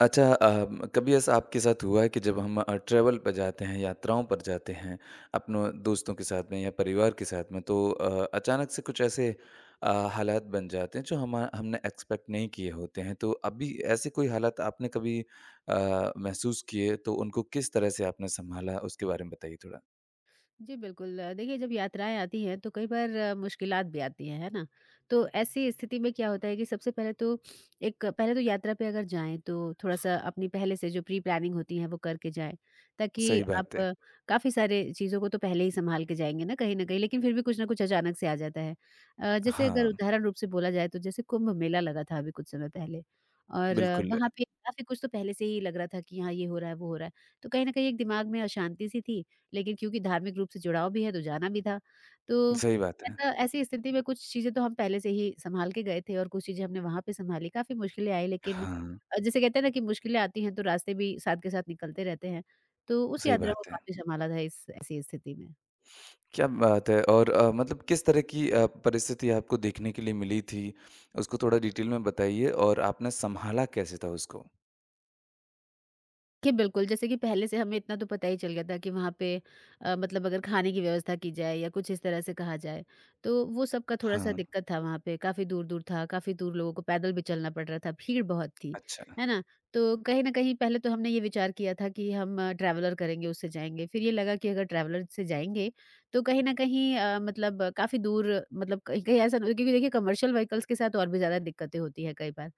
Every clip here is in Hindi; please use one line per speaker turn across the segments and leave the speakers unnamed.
अच्छा कभी ऐसा आपके साथ हुआ है कि जब हम ट्रैवल पर जाते हैं, यात्राओं पर जाते हैं, अपनों दोस्तों के साथ में या परिवार के साथ में तो अचानक से कुछ ऐसे हालात बन जाते हैं जो हम हमने एक्सपेक्ट नहीं किए होते हैं। तो अभी ऐसे कोई हालात आपने कभी महसूस किए तो उनको किस तरह से आपने सँभाला उसके बारे में बताइए थोड़ा?
जी, बिल्कुल। देखिए जब यात्राएँ आती हैं तो कई बार मुश्किलात भी आती हैं, है ना? तो ऐसी स्थिति में क्या होता है कि सबसे पहले तो यात्रा पे अगर जाएँ तो थोड़ा-सा अपनी पहले से जो प्री प्लानिंग होती है वो करके जाएँ, ताकि
सही बात है।
आप काफ़ी सारे चीज़ों को तो पहले ही सँभाल के जाएँगे ना कहीं न कहीं, लेकिन फिर भी कुछ न कुछ अचानक से आ जाता है। जैसे अगर
हाँ,
उदाहरण रूप से बोला जाए तो जैसे कुंभ मेला लगा था अभी कुछ समय पहले और
बिल्कुल,
वहाँ पे काफ़ी कुछ तो पहले से ही लग रहा था कि हाँ, ये हो रहा है, वो हो रहा है। तो कहीं न कहीं एक दिमाग में अशांति-सी थी। लेकिन क्योंकि धार्मिक रूप से जुड़ाव भी है तो जाना भी था। तो
सही बात है।
ऐसा ऐसी स्थिति में कुछ चीज़ें तो हम पहले से ही सँभाल के गए थे और कुछ चीज़ें हमने वहाँ पे सँभाली, काफ़ी मुश्किलें आई लेकिन
हाँ,
जैसे कहते हैं ना कि मुश्किलें आती हैं तो रास्ते भी साथ के साथ निकलते रहते हैं। तो उस
सही
यात्रा को
बात है।
काफ़ी सँभाला था इस ऐसी स्थिति में।
क्या बात है। और मतलब किस तरह की परिस्थिति आपको देखने के लिए मिली थी? उसको थोड़ा डिटेल में बताइए और आपने सँभाला कैसे था उसको?
कि बिल्कुल, जैसे कि पहले से हमें इतना तो पता ही चल गया था कि वहाँ पे मतलब अगर खाने की व्यवस्था की जाए या कुछ इस तरह से कहा जाए, तो वो सब का थोड़ा-सा
हाँ,
दिक्कत था वहाँ पे। काफ़ी दूर-दूर था, काफ़ी दूर लोगों को पैदल भी चलना पड़ रहा था, भीड़ बहुत थी,
अच्छा।
है ना? तो कहीं न कहीं पहले तो हमने ये विचार किया था कि हम ट्रैवलर करेंगे, उससे जाएँगे। फिर ये लगा कि अगर ट्रैवलर से जाएँगे, तो कहीं न कहीं मतलब काफ़ी दूर मतलब कहीं-कहीं ऐसा ना हो, क्योंकि देखिए कमर्शियल व्हीकल्स के साथ और भी ज़्यादा दिक्कतें होती हैं कई बार।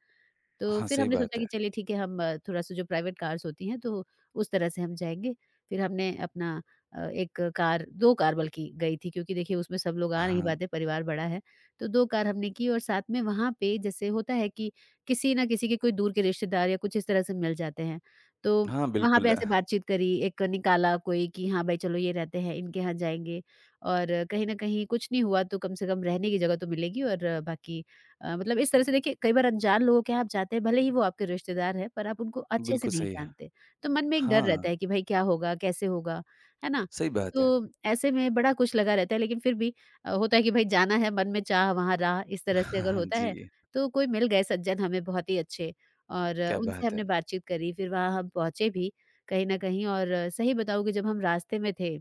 तो
हाँ,
फिर
सही
हमने सोचा
बात है।
कि चलिए ठीक है, हम थोड़ा-सा जो प्राइवेट कार्स होती हैं तो उस तरह से हम जाएँगे। फिर हमने अपना एक कार 2 कार बल्कि गई थी, क्योंकि देखिए उसमें सब लोग आ नहीं
हाँ।
पाते, परिवार बड़ा है। तो 2 कार हमने की और साथ में वहाँ पे जैसे होता है कि किसी ना किसी के कोई दूर के रिश्तेदार या कुछ इस तरह से मिल जाते हैं। तो
हाँ,
वहाँ पे
बिल्कुल।
ऐसे बातचीत करी, एक निकाला कोई कि हाँ भाई चलो ये रहते हैं, इनके यहाँ जाएँगे और कहीं न कहीं कुछ नहीं हुआ तो कम से कम रहने की जगह तो मिलेगी और बाकी मतलब इस तरह से देखिए कई बार अनजान लोगों के यहाँ आप जाते हैं, भले ही वो आपके रिश्तेदार हैं, पर आप उनको अच्छे से
बिल्कुल
नहीं
सही है।
जानते। तो मन में एक डर
हाँ,
रहता है कि भई क्या होगा, कैसे होगा, है ना?
सही
तो
बात है।
ऐसे में बड़ा कुछ लगा रहता है, लेकिन फिर भी होता है कि भई जाना है, मन में चाह वहाँ राह, इस तरह से
हाँ,
अगर
हाँ,
होता है,
जी।
तो कोई मिल गए सज्जन हमें बहुत ही अच्छे और
क्या
उनसे
बात है।
हमने बातचीत करी, फिर वहाँ हम पहुँचे भी कहीं न कहीं। और सही बताऊँ कि जब हम रास्ते में थे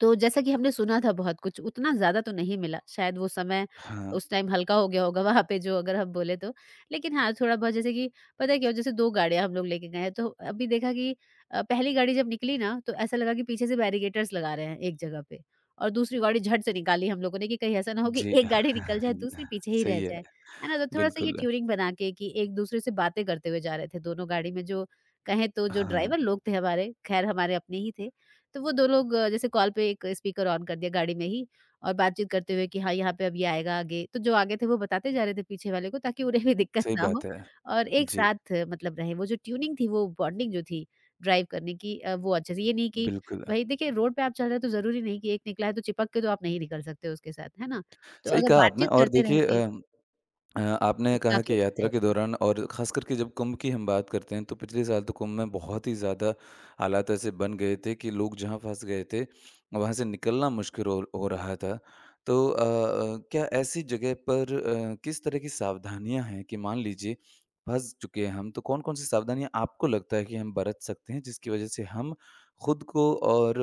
तो जैसा कि हमने सुना था बहुत कुछ, उतना ज़्यादा तो नहीं मिला, शायद वो समय,
हाँ,
उस टाइम हल्का हो गया होगा वहाँ पे, जो अगर हम बोले तो। लेकिन हाँ, थोड़ा बहुत जैसे कि, पता है क्या हुआ, जैसे 2 गाड़ियाँ हम लोग लेके गए हैं तो अभी देखा कि पहली गाड़ी जब निकली ना तो ऐसा लगा कि पीछे से बैरिकेड्स लगा रहे हैं एक जगह पे, और दूसरी गाड़ी झट से निकाली हम लोगों ने कि कहीं ऐसा ना हो कि
जी।
एक गाड़ी निकल जाए, दूसरी पीछे ही रह
सही है,
जाए। है ना? तो थोड़ा-सा ये
बिल्कुल।
ट्यूनिंग बना के कि एक-दूसरे से बातें करते हुए जा रहे थे दोनों गाड़ी में, जो कहें तो जो
हाँ,
ड्राइवर लोग थे हमारे, खैर हमारे अपने ही थे। तो वो 2 लोग जैसे कॉल पे एक स्पीकर ऑन कर दिया गाड़ी में ही और बातचीत करते हुए कि हाँ, यहाँ पे अब ये आएगा आगे। तो जो आगे थे वो बताते जा रहे थे पीछे वाले को, ताकि उन्हें भी दिक्कत
सही
ना हो
बात है।
और एक
जी,
साथ मतलब रहे। वो जो ट्यूनिंग थी, वो बॉन्डिंग जो थी ड्राइव करने की, वो अच्छे से, ये नहीं कि
बिल्कुल।
भई देखिए रोड पे आप चल रहे हो तो ज़रूरी नहीं कि एक निकला है तो चिपक के तो आप नहीं निकल सकते हो उसके साथ, है ना? तो
सही
अगर
कहा आपने।
बातचीत
और
करते
देखिए
रहेंगे तो
आपने कहा
काफ़ी
कि
अच्छा
यात्रा के
रहेगा।
दौरान और ख़ास करके जब कुंभ की हम बात करते हैं, तो पिछले साल तो कुंभ में बहुत ही ज़्यादा हालात ऐसे बन गए थे कि लोग जहाँ फँस गए थे, वहाँ से निकलना मुश्किल हो रहा था। तो क्या ऐसी जगह पर किस तरह की सावधानियाँ हैं कि मान लीजिए फँस चुके हैं हम, तो कौन-कौन सी सावधानियाँ आपको लगता है कि हम बरत सकते हैं, जिसकी वजह से हम खुद को और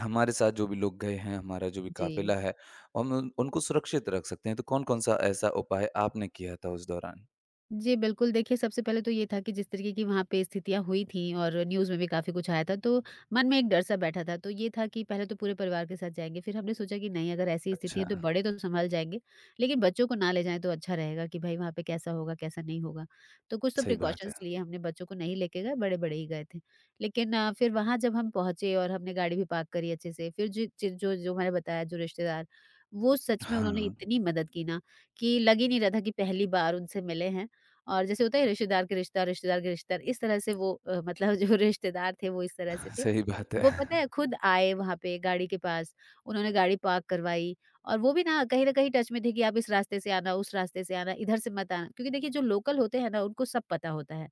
हमारे साथ जो भी लोग गए हैं, हमारा जो भी
जी।
काफ़िला है, हम उन उनको सुरक्षित रख सकते हैं। तो कौन-कौन-सा ऐसा उपाय आपने किया था उस दौरान?
जी, बिल्कुल। देखिए, सबसे पहले तो ये था कि जिस तरीके की वहाँ पे स्थितियाँ हुई थीं और न्यूज़ में भी काफ़ी कुछ आया था, तो मन में एक डर-सा बैठा था। तो ये था कि पहले तो पूरे परिवार के साथ जाएँगे, फिर हमने सोचा कि नहीं, अगर ऐसी स्थिति
अच्छा,
है, तो बड़े तो सँभल जाएँगे, लेकिन बच्चों को ना ले जाएँ तो अच्छा रहेगा कि भई, वहाँ पे कैसा होगा, कैसा नहीं होगा। तो कुछ तो
सही बात है।
प्रिकॉशंस लिए हमने, बच्चों को नहीं लेके गए, बड़े-बड़े ही गए थे। लेकिन फिर वहाँ जब हम पहुँचे और हमने गाड़ी भी पार्क करी अच्छे से, फिर जो मैंने बताया, जो रिश्तेदार, वो सच में उन्होंने
हाँ,
इतनी मदद की ना, कि लग ही नहीं रहा था कि पहली बार उनसे मिले हैं। और जैसे होता है रिश्तेदार के रिश्तेदार, रिश्तेदार के रिश्तेदार, इस तरह से वो मतलब जो रिश्तेदार थे वो इस तरह से थे।
सही बात है।
वो पता है खुद आए वहाँ पे गाड़ी के पास, उन्होंने गाड़ी पार्क करवाई और वो भी ना कहीं न कहीं टच में थे कि आप इस रास्ते से आना, उस रास्ते से आना, इधर से मत आना। क्योंकि देखिए जो लोकल होते हैं ना उनको सब पता होता है,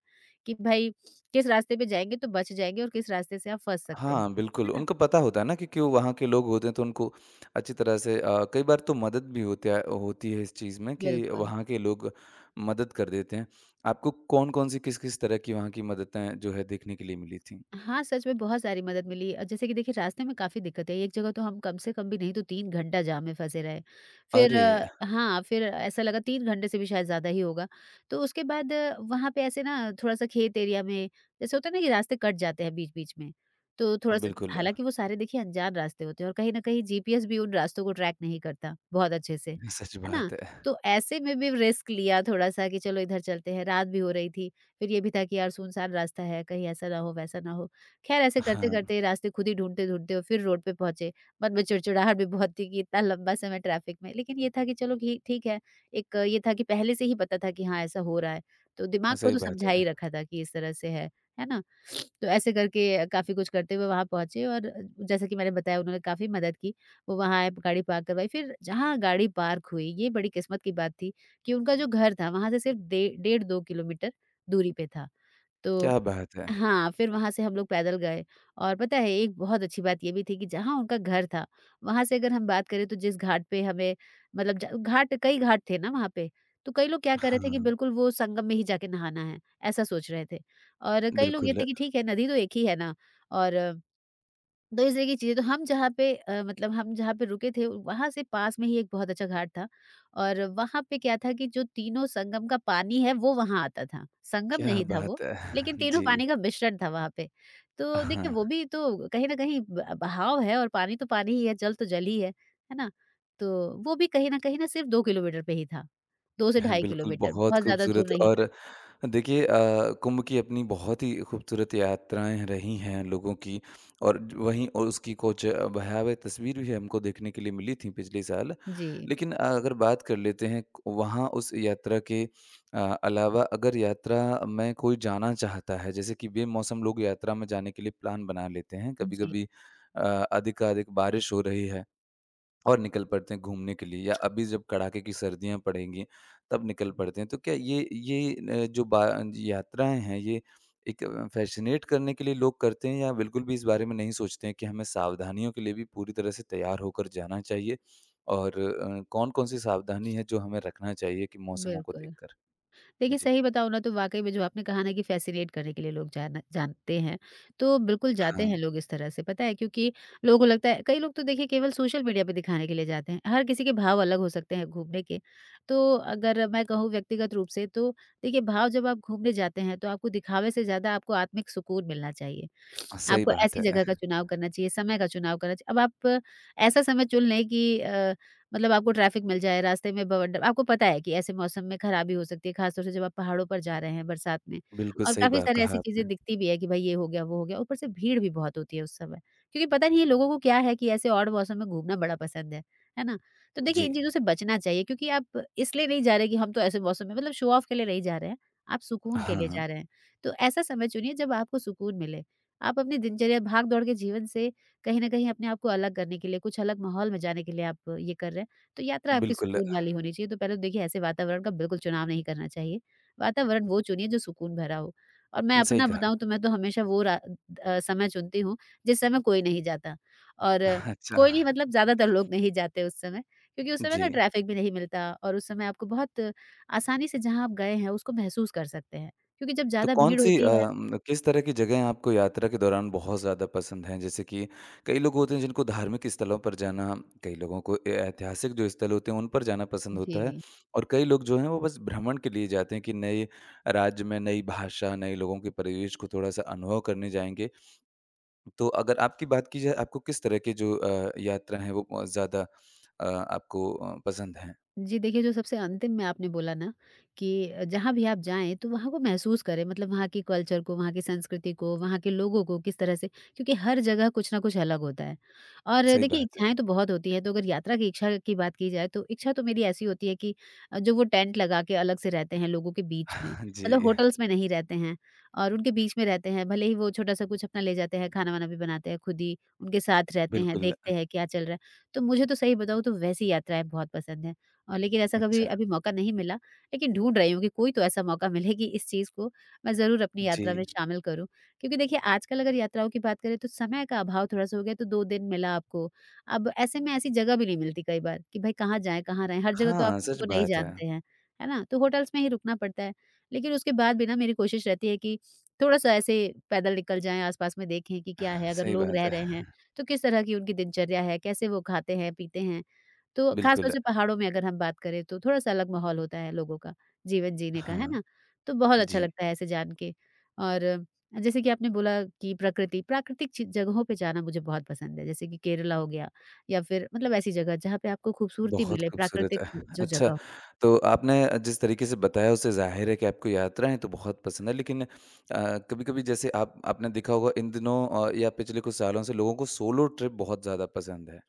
कि भाई किस रास्ते पे जाएँगे तो बच जाएँगे और किस रास्ते से आप फँस सकते हैं।
हाँ,
है
बिल्कुल,
ना?
उनको पता होता है ना, क्योंकि वो वहाँ के लोग होते हैं तो उनको अच्छी तरह से कई बार तो मदद भी होते है होती है इस चीज़ में कि
बिल्कुल।
वहाँ के लोग मदद कर देते हैं। आपको कौन-कौन सी, किस-किस तरह की वहाँ की मददें जो है देखने के लिए मिली थीं?
हाँ, सच में बहुत सारी मदद मिली, जैसे कि देखिए रास्ते में काफ़ी दिक्कतें, एक जगह तो हम कम से कम भी नहीं तो 3 घंटा जाम में फँसे रहे। फिर
अरे!
हाँ, फिर ऐसा लगा 3 घंटे से भी शायद ज़्यादा ही होगा। तो उसके बाद वहाँ पे ऐसे ना थोड़ा-सा खेत एरिया में जैसे होता है ना कि रास्ते कट जाते हैं बीच-बीच में, तो थोड़ा-सा,
बिल्कुल,
हालाँकि वो सारे देखिए अनजान रास्ते होते हैं और कहीं न कहीं जीपीएस भी उन रास्तों को ट्रैक नहीं करता बहुत अच्छे से,
सच
है ना?
बात है।
तो ऐसे में भी रिस्क लिया थोड़ा-सा कि चलो इधर चलते हैं, रात भी हो रही थी। फिर ये भी था कि यार सुनसान रास्ता है, कहीं ऐसा ना हो, वैसा ना हो। ख़ैर ऐसे
हाँ,
करते-करते रास्ते खुद ही ढूँढते-ढूँढते फिर रोड पे पहुँचे। मन में चिड़चिड़ाहट भी बहुत थी कि इतना लंबा समय ट्रैफ़िक में, लेकिन ये था कि चलो घी ठीक है। एक ये था कि पहले से ही पता था कि हाँ, ऐसा हो रहा है, तो दिमाग को
सही
तो
बात
समझा ही
है।
रखा था कि इस तरह से है ना? तो ऐसे करके काफ़ी कुछ करते हुए वहाँ पहुँचे और जैसा कि मैंने बताया उन्होंने काफ़ी मदद की। वो वहाँ आए, गाड़ी पार्क करवाई। फिर जहाँ गाड़ी पार्क हुई, ये बड़ी किस्मत की बात थी कि उनका जो घर था, वहाँ से सिर्फ़ डे डेढ़ 2 किलोमीटर दूरी पे था। तो
क्या बात है!
हाँ, फिर वहाँ से हम लोग पैदल गए और पता है एक बहुत अच्छी बात ये भी थी कि जहाँ उनका घर था, वहाँ से अगर हम बात करें तो जिस घाट पे हमें मतलब ज घाट कई घाट थे ना वहाँ पे, तो कई लोग क्या कर रहे थे
हाँ,
कि बिल्कुल वो संगम में ही जाके नहाना है, ऐसा सोच रहे थे। और कई लोग ये
बिल्कुल,
थे कि ठीक है, नदी तो एक ही है ना। और तो इस तरह की चीज़ें तो हम जहाँ पे मतलब हम जहाँ पे रुके थे वहाँ से पास में ही एक बहुत अच्छा घाट था और वहाँ पे क्या था कि जो तीनों संगम का पानी है वो वहाँ आता था। संगम
क्या
नहीं था वो,
बात है!
लेकिन तीनों
जी,
पानी का मिश्रण था वहाँ पे। तो देखिए
हाँ।
वो भी तो कहीं न कहीं ब बहाव है और पानी तो पानी ही है, जल तो जल ही है ना? तो वो भी कहीं न कहीं ना सिर्फ़ 2 किलोमीटर पे ही था, 2 से
हाँ,
ढाई
बिल्कुल,
किलोमीटर,
बहुत
बहुत ज़्यादा दूर
खूबसूरत।
नहीं था।
और देखिए कुंभ की अपनी बहुत ही खूबसूरत यात्राएँ रही हैं लोगों की, और ज वहीं और उसकी कुछ भयावह तस्वीर भी हमको देखने के लिए मिली थी पिछले साल।
जी,
लेकिन अगर बात कर लेते हैं वहाँ उस यात्रा के अ, अलावा अगर यात्रा में कोई जाना चाहता है, जैसे कि बेमौसम लोग यात्रा में जाने के लिए प्लान बना लेते हैं,
जी,
कभी-कभी अ, अधिकाधिक बारिश हो रही है और निकल पड़ते हैं घूमने के लिए, या अभी जब कड़ाके की सर्दियाँ पड़ेंगी, तब निकल पड़ते हैं। तो क्या ये जो बा यात्राएँ हैं, ये एक फैसिनेट करने के लिए लोग करते हैं, या बिल्कुल भी इस बारे में नहीं सोचते हैं कि हमें सावधानियों के लिए भी पूरी तरह से तैयार होकर जाना चाहिए? और कौन-कौन सी सावधानी है जो हमें रखना चाहिए कि मौसमों को
बिल्कुल।
देखकर?
देखिए,
जी।
सही बताऊँ ना तो वाक़ई में जो आपने कहा ना कि फ़ैसिनेट करने के लिए लोग जाना जानते हैं, तो बिल्कुल जाते
हाँ,
हैं लोग इस तरह से, पता है? क्योंकि लोगों को लगता है कई लोग तो देखिए केवल सोशल मीडिया पे दिखाने के लिए जाते हैं, हर किसी के भाव अलग हो सकते हैं घूमने के। तो अगर मैं कहूँ व्यक्तिगत रूप से तो देखिए भाव जब आप घूमने जाते हैं तो आपको दिखावे से ज़्यादा आपको आत्मिक सुकून मिलना चाहिए।
हाँ, सही
आपको
बात
ऐसी जगह का
है।
चुनाव करना चाहिए, समय का चुनाव करना चाहिए। अब आप ऐसा समय चुन लें कि मतलब आपको ट्रैफ़िक मिल जाए, रास्ते में बवंडर आपको पता है कि ऐसे मौसम में खराबी हो सकती है, ख़ास तौर से जब आप पहाड़ों पर जा रहे हैं बरसात में।
बिल्कुल
और
सही
काफ़ी
बा
सारी ऐसी
कहा
चीज़ें
आपने।
दिखती भी है कि भाई ये हो गया, वो हो गया, ऊपर से भीड़ भी बहुत होती है उस समय। क्योंकि पता नहीं ये लोगों को क्या है कि ऐसे ऑड मौसम में घूमना बड़ा पसंद है ना? तो देखिए
जी।
इन चीज़ों से बचना चाहिए क्योंकि आप इसलिए नहीं जा रहे कि हम तो ऐसे मौसम में मतलब शो ऑफ के लिए नहीं जा रहे हैं, आप सुकून के
हाँ,
लिए
हाँ।
जा रहे हैं। तो ऐसा समय चुनिए जब आपको सुकून मिले। आप अपनी दिनचर्या भाग-दौड़ के जीवन से कहीं न कहीं अपने आप को अलग करने के लिए, कुछ अलग माहौल में जाने के लिए आप ये कर रहे हैं। तो यात्रा आपकी
बिल्कुल,
सुकून वाली होनी चाहिए। तो पहले तो देखिए ऐसे वातावरण का बिल्कुल चुनाव नहीं करना चाहिए। वातावरण वो चुनिए जो सुकून भरा हो। और मैं
सही
अपना
कहा।
बताऊँ तो मैं तो हमेशा समय चुनती हूँ जिस समय कोई नहीं जाता। और
अच्छा।
कोई नहीं मतलब ज़्यादातर लोग नहीं जाते उस समय क्योंकि उस समय
जी।
ना ट्रैफिक भी नहीं मिलता और उस समय आपको बहुत आसानी से जहाँ आप गए हैं उसको महसूस कर सकते हैं। क्योंकि जब
तो
ज़्यादा भीड़
कौन-सी
होती
अ,
है।
म किस तरह की जगहें आपको यात्रा के दौरान बहुत ज़्यादा पसंद हैं? जैसे कि कई लोग होते हैं जिनको धार्मिक स्थलों पर जाना, कई लोगों को ए ऐतिहासिक जो स्थल होते हैं उन पर जाना पसंद होता है,
जी।
और कई लोग जो हैं वो बस भ्रमण के लिए जाते हैं कि नए राज्य में नई भाषा, नए लोगों के परिवेश को थोड़ा-सा अनुभव करने जाएँगे। तो अगर आपकी बात की जाए, आपको किस तरह के जो यात्रा हैं वो ज़्यादा आपको पसंद हैं?
जी, देखिए, जो सबसे अंतिम में आपने बोला ना कि जहाँ भी आप जाएँ, तो वहाँ को महसूस करें, मतलब वहाँ की कल्चर को, वहाँ की संस्कृति को, वहाँ के लोगों को किस तरह से क्योंकि हर जगह कुछ ना कुछ अलग होता है। और
सही
देखिए,
बात है।
इच्छाएँ तो बहुत होती हैं, तो अगर यात्रा की इच्छा की बात की जाए, तो इच्छा तो मेरी ऐसी होती है कि जो वो टेंट लगा के अलग से रहते हैं लोगों के बीच में, मतलब
जी,
होटल्स में नहीं रहते हैं और उनके बीच में रहते हैं, भले ही वो छोटा-सा कुछ अपना ले जाते हैं, खाना-वाना भी बनाते हैं खुद ही, उनके साथ रहते हैं,
बिल्कुल।
देखते हैं क्या चल रहा है। तो मुझे तो सही बताऊँ, तो वैसी यात्राएँ बहुत पसंद हैं। लेकिन ऐसा कभी
अच्छा।
अभी मौका नहीं मिला, लेकिन ढूँढ रही हूँ कि कोई तो ऐसा मौका मिले कि इस चीज़ को मैं ज़रूर अपनी
जी।
यात्रा में शामिल करूँ। क्योंकि देखिए आजकल अगर यात्राओं की बात करें तो समय का अभाव थोड़ा-सा हो गया तो 2 दिन मिला आपको। अब ऐसे में ऐसी जगह भी नहीं मिलती कई बार कि भाई कहाँ जाएँ, कहाँ रहें? हर जगह तो आप
हाँ,
किसी
सच
को नहीं
बात है।
जानते हैं, है ना? तो होटल्स में ही रुकना पड़ता है। लेकिन उसके बाद भी ना मेरी कोशिश रहती है कि थोड़ा-सा ऐसे पैदल निकल जाएँ, आस-पास में देखें कि क्या है? अगर
सही
लोग
बात
रह
है।
रहे हैं, तो किस तरह की उनकी दिनचर्या है? कैसे वो खाते हैं, पीते हैं? तो खास तौर
बिल्कुल।
से पहाड़ों में अगर हम बात करें तो थोड़ा-सा अलग माहौल होता है लोगों का, जीवन जीने का, है
हाँ,
ना? तो बहुत अच्छा
जी।
लगता है ऐसे जान के और जैसे कि आपने बोला कि प्रकृति, प्राकृतिक चि जगहों पे जाना मुझे बहुत पसंद है, जैसे कि केरला हो गया या फिर मतलब ऐसी जगह जहाँ पे आपको खूबसूरती
बहुत
मिले,
खूबसूरत
प्राकृतिक
है।
जो
अच्छा,
जगह।
तो आपने जिस तरीके से बताया, उससे ज़ाहिर है कि आपको यात्राएँ तो बहुत पसंद है, लेकिन कभी-कभी जैसे आप आपने देखा होगा इन दिनों या पिछले कुछ सालों से लोगों को सोलो ट्रिप बहुत ज़्यादा पसंद है,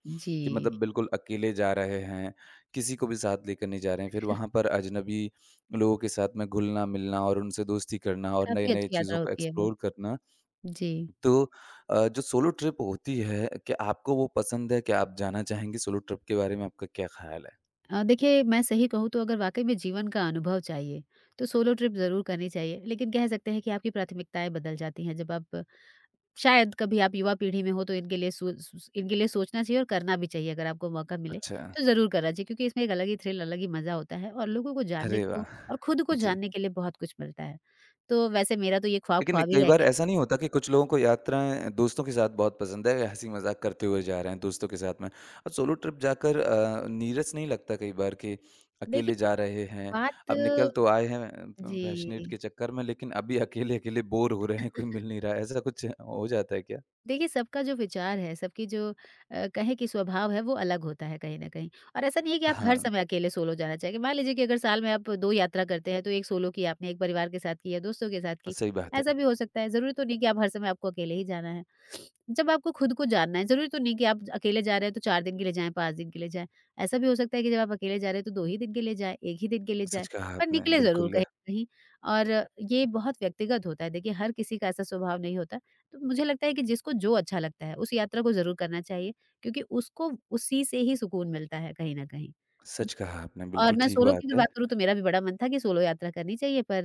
कि
जी,
मतलब बिल्कुल अकेले जा रहे हैं, किसी को भी साथ लेकर नहीं जा रहे हैं। फिर वहाँ पर अजनबी लोगों के साथ में घुलना-मिलना और उनसे दोस्ती करना और
काफ़ी
नए-नए
अच्छी
चीज़ों
यात्रा
को
होती है वो।
एक्सप्लोर करना।
जी।
तो जो सोलो ट्रिप होती है, क्या आपको वो पसंद है? क्या आप जाना चाहेंगे? सोलो ट्रिप के बारे में आपका क्या ख़्याल है?
देखिए मैं सही कहूँ तो अगर वाक़ई में जीवन का अनुभव चाहिए, तो सोलो ट्रिप ज़रूर करनी चाहिए, लेकिन कह सकते हैं कि आपकी प्राथमिकताएँ बदल जाती हैं जब आप शायद कभी आप युवा पीढ़ी में हो तो इनके लिए सोचना चाहिए और करना भी चाहिए अगर आपको मौका मिले,
अच्छा।
तो ज़रूर करना चाहिए क्योंकि इसमें एक अलग ही थ्रिल, अलग ही मज़ा होता है और लोगों को जानने
अरे
को
वाह!
और खुद को
जी।
जानने के लिए बहुत कुछ मिलता है। तो वैसे मेरा तो ये ख्वाब
लेकिन
ख्वाब ही
कई
रह
बार
गया।
ऐसा नहीं होता कि कुछ लोगों को यात्राएँ दोस्तों के साथ बहुत पसंद है, हँसी मज़ाक करते हुए जा रहे हैं दोस्तों के साथ में। और सोलो ट्रिप जाकर नीरस नहीं लगता कई बार कि
देखिए
अकेले जा रहे हैं,
बात।
अब निकल तो आए हैं फ फैशनेट
जी।
के चक्कर में, लेकिन अभी अकेले-अकेले बोर हो रहे हैं, कोई मिल नहीं रहा है, ऐसा कुछ हो जाता है क्या?
देखिए, सबका जो विचार है, सबकी जो कहें कि स्वभाव है, वो अलग होता है कहीं न कहीं और ऐसा नहीं है कि आप हर
हाँ,
समय अकेले सोलो जाना चाहेंगे। मान लीजिए कि अगर साल में आप 2 यात्रा करते हैं, तो एक सोलो की आपने, एक परिवार के साथ की या दोस्तों के साथ की।
सही बात है।
ऐसा भी हो सकता है, ज़रूरी तो नहीं कि आप हर समय आपको अकेले ही जाना है। जब आपको खुद को जानना है, ज़रूरी तो नहीं कि आप अकेले जा रहे हैं, तो 4 दिन के लिए जाएँ, 5 दिन के लिए जाएँ। ऐसा भी हो सकता है कि जब आप अकेले जा रहे हैं, तो 2 ही दिन के लिए जाएँ, 1 ही दिन के लिए जाएँ,
सच कहा
पर
आपने,
निकले ज़रूर कहीं
बिल्कुल।
न कहीं और ये बहुत व्यक्तिगत होता है। देखिए, हर किसी का ऐसा स्वभाव नहीं होता। तो मुझे लगता है कि जिसको जो अच्छा लगता है उस यात्रा को ज़रूर करना चाहिए क्योंकि उसको उसी से ही सुकून मिलता है कहीं न कहीं।
सच कहा आपने,
और
बिल्कुल
मैं
ठीक
सोलो की
बात
अगर
है।
बात करूँ तो मेरा भी बड़ा मन था कि सोलो यात्रा करनी चाहिए पर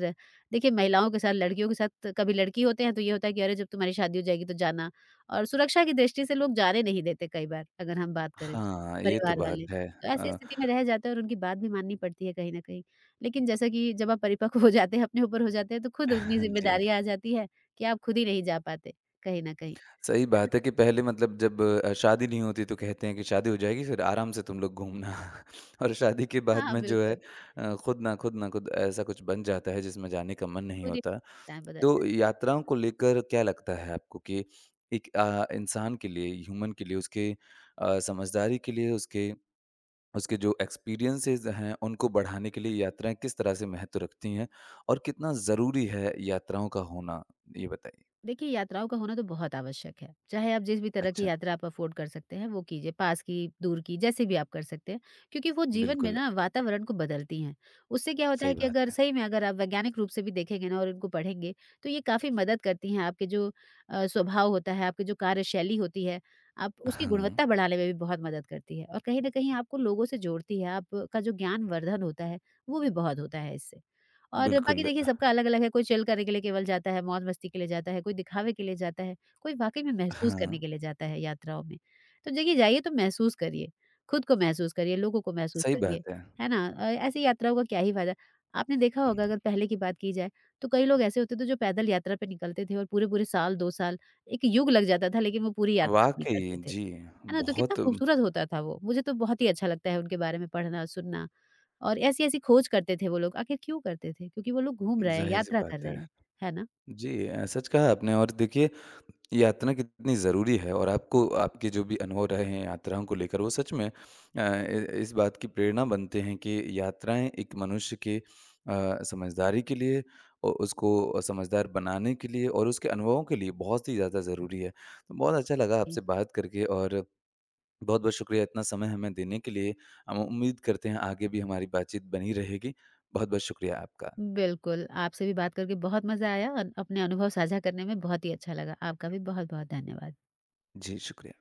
देखिए महिलाओं के साथ, लड़कियों के साथ कभी लड़की होते हैं तो ये होता है कि अरे जब तुम्हारी शादी हो जाएगी तो जाना और सुरक्षा की दृष्टि से लोग जाने नहीं देते कई बार अगर हम बात करें तो,
हाँ, ये तो
परिवार
बात
वाले।
है।
तो ऐसी स्थिति में रह जाते हैं और उनकी बात भी माननी पड़ती है कहीं न कहीं। लेकिन जैसा कि जब आप परिपक्व हो जाते हैं, अपने ऊपर हो जाते हैं तो खुद उतनी
जी,
ज़िम्मेदारियाँ आ जाती है कि आप खुद ही नहीं जा पाते कहीं न कहीं,
सही
है ना?
बात है कि पहले मतलब जब शादी नहीं होती तो कहते हैं कि शादी हो जाएगी फिर आराम से तुम लोग घूमना, और शादी के बाद
हाँ,
में जो है
बिल्कुल।
खुद ऐसा कुछ बन जाता है जिसमें जाने का मन नहीं
खुद ही
होता।
है बदल।
तो यात्राओं को लेकर क्या लगता है आपको कि एक इंसान के लिए, ह्यूमन के लिए, उसके समझदारी के लिए, उसके उसके जो एक्सपीरियंसेस हैं, उनको बढ़ाने के लिए यात्राएँ किस तरह से महत्व रखती हैं, और कितना ज़रूरी है यात्राओं का होना? ये बताइए।
देखिए, यात्राओं का होना तो बहुत आवश्यक है। चाहे आप जिस भी तरह की
अच्छा,
यात्रा आप अफ़ोर्ड कर सकते हैं, वो कीजिए, पास की, दूर की, जैसे भी आप कर सकते हैं। क्योंकि वो जीवन में
बिल्कुल,
ना वातावरण को बदलती हैं। उससे क्या होता है
सही
कि
बात
अगर
है।
सही में अगर आप वैज्ञानिक रूप से भी देखेंगे ना और इनको पढ़ेंगे, तो ये काफ़ी मदद करती हैं। आपके जो स्वभाव होता है, आपकी जो कार्यशैली होती है, आप उसकी
हाँ,
गुणवत्ता बढ़ाने में भी बहुत मदद करती है। और कहीं न कहीं आपको लोगों से जोड़ती है, आपका जो ज्ञानवर्धन होता है, वो भी बहुत होता है इससे। और बाकी
बिल्कुल,
देखिए सबका अलग-अलग है, कोई चिल करने के लिए केवल जाता है, मौज-मस्ती के लिए जाता है, कोई दिखावे के लिए जाता है, कोई वाक़ई में महसूस करने
हाँ,
के लिए जाता है यात्राओं में। तो देखिए जाइए तो महसूस करिए, खुद को महसूस करिए, लोगों को महसूस
सही
करिए,
बात है।
है ना? ऐसी यात्राओं का क्या ही फ़ायदा? आपने देखा होगा अगर पहले की बात की जाए, तो कई लोग ऐसे होते थे जो पैदल यात्रा पे निकलते थे और पूरे-पूरे साल, 2 साल, एक युग लग जाता था लेकिन वो पूरी यात्रा अपनी
वाक़ई,
करते थे।
जी,
है ना? तो कितना
बहुत
खूबसूरत होता था वो। मुझे तो बहुत ही अच्छा लगता है उनके बारे में पढ़ना, सुनना और ऐसी-ऐसी खोज करते थे वो लोग। आखिर क्यों करते थे? क्योंकि वो लोग घूम रहे हैं,
ज़ाहिर-सी
यात्रा कर
बात
रहे
है।
हैं। है ना?
जी, सच कहा आपने। और देखिए यात्रा कितनी ज़रूरी है, और आपको आपके जो भी अनुभव रहे हैं यात्राओं को लेकर, वो सच में इस बात की प्रेरणा बनते हैं कि यात्राएं एक मनुष्य के समझदारी के लिए और उसको समझदार बनाने के लिए और उसके अनुभवों के लिए बहुत ही ज़्यादा ज़रूरी है। तो बहुत अच्छा लगा
जी।
आपसे बात करके, और बहुत बहुत शुक्रिया इतना समय हमें देने के लिए। हम उम्मीद करते हैं आगे भी हमारी बातचीत बनी रहेगी। बहुत बहुत शुक्रिया आपका।
बिल्कुल, आपसे भी बात करके बहुत मज़ा आया और अपने अनुभव साझा करने में बहुत ही अच्छा लगा। आपका भी बहुत-बहुत धन्यवाद।
जी, शुक्रिया।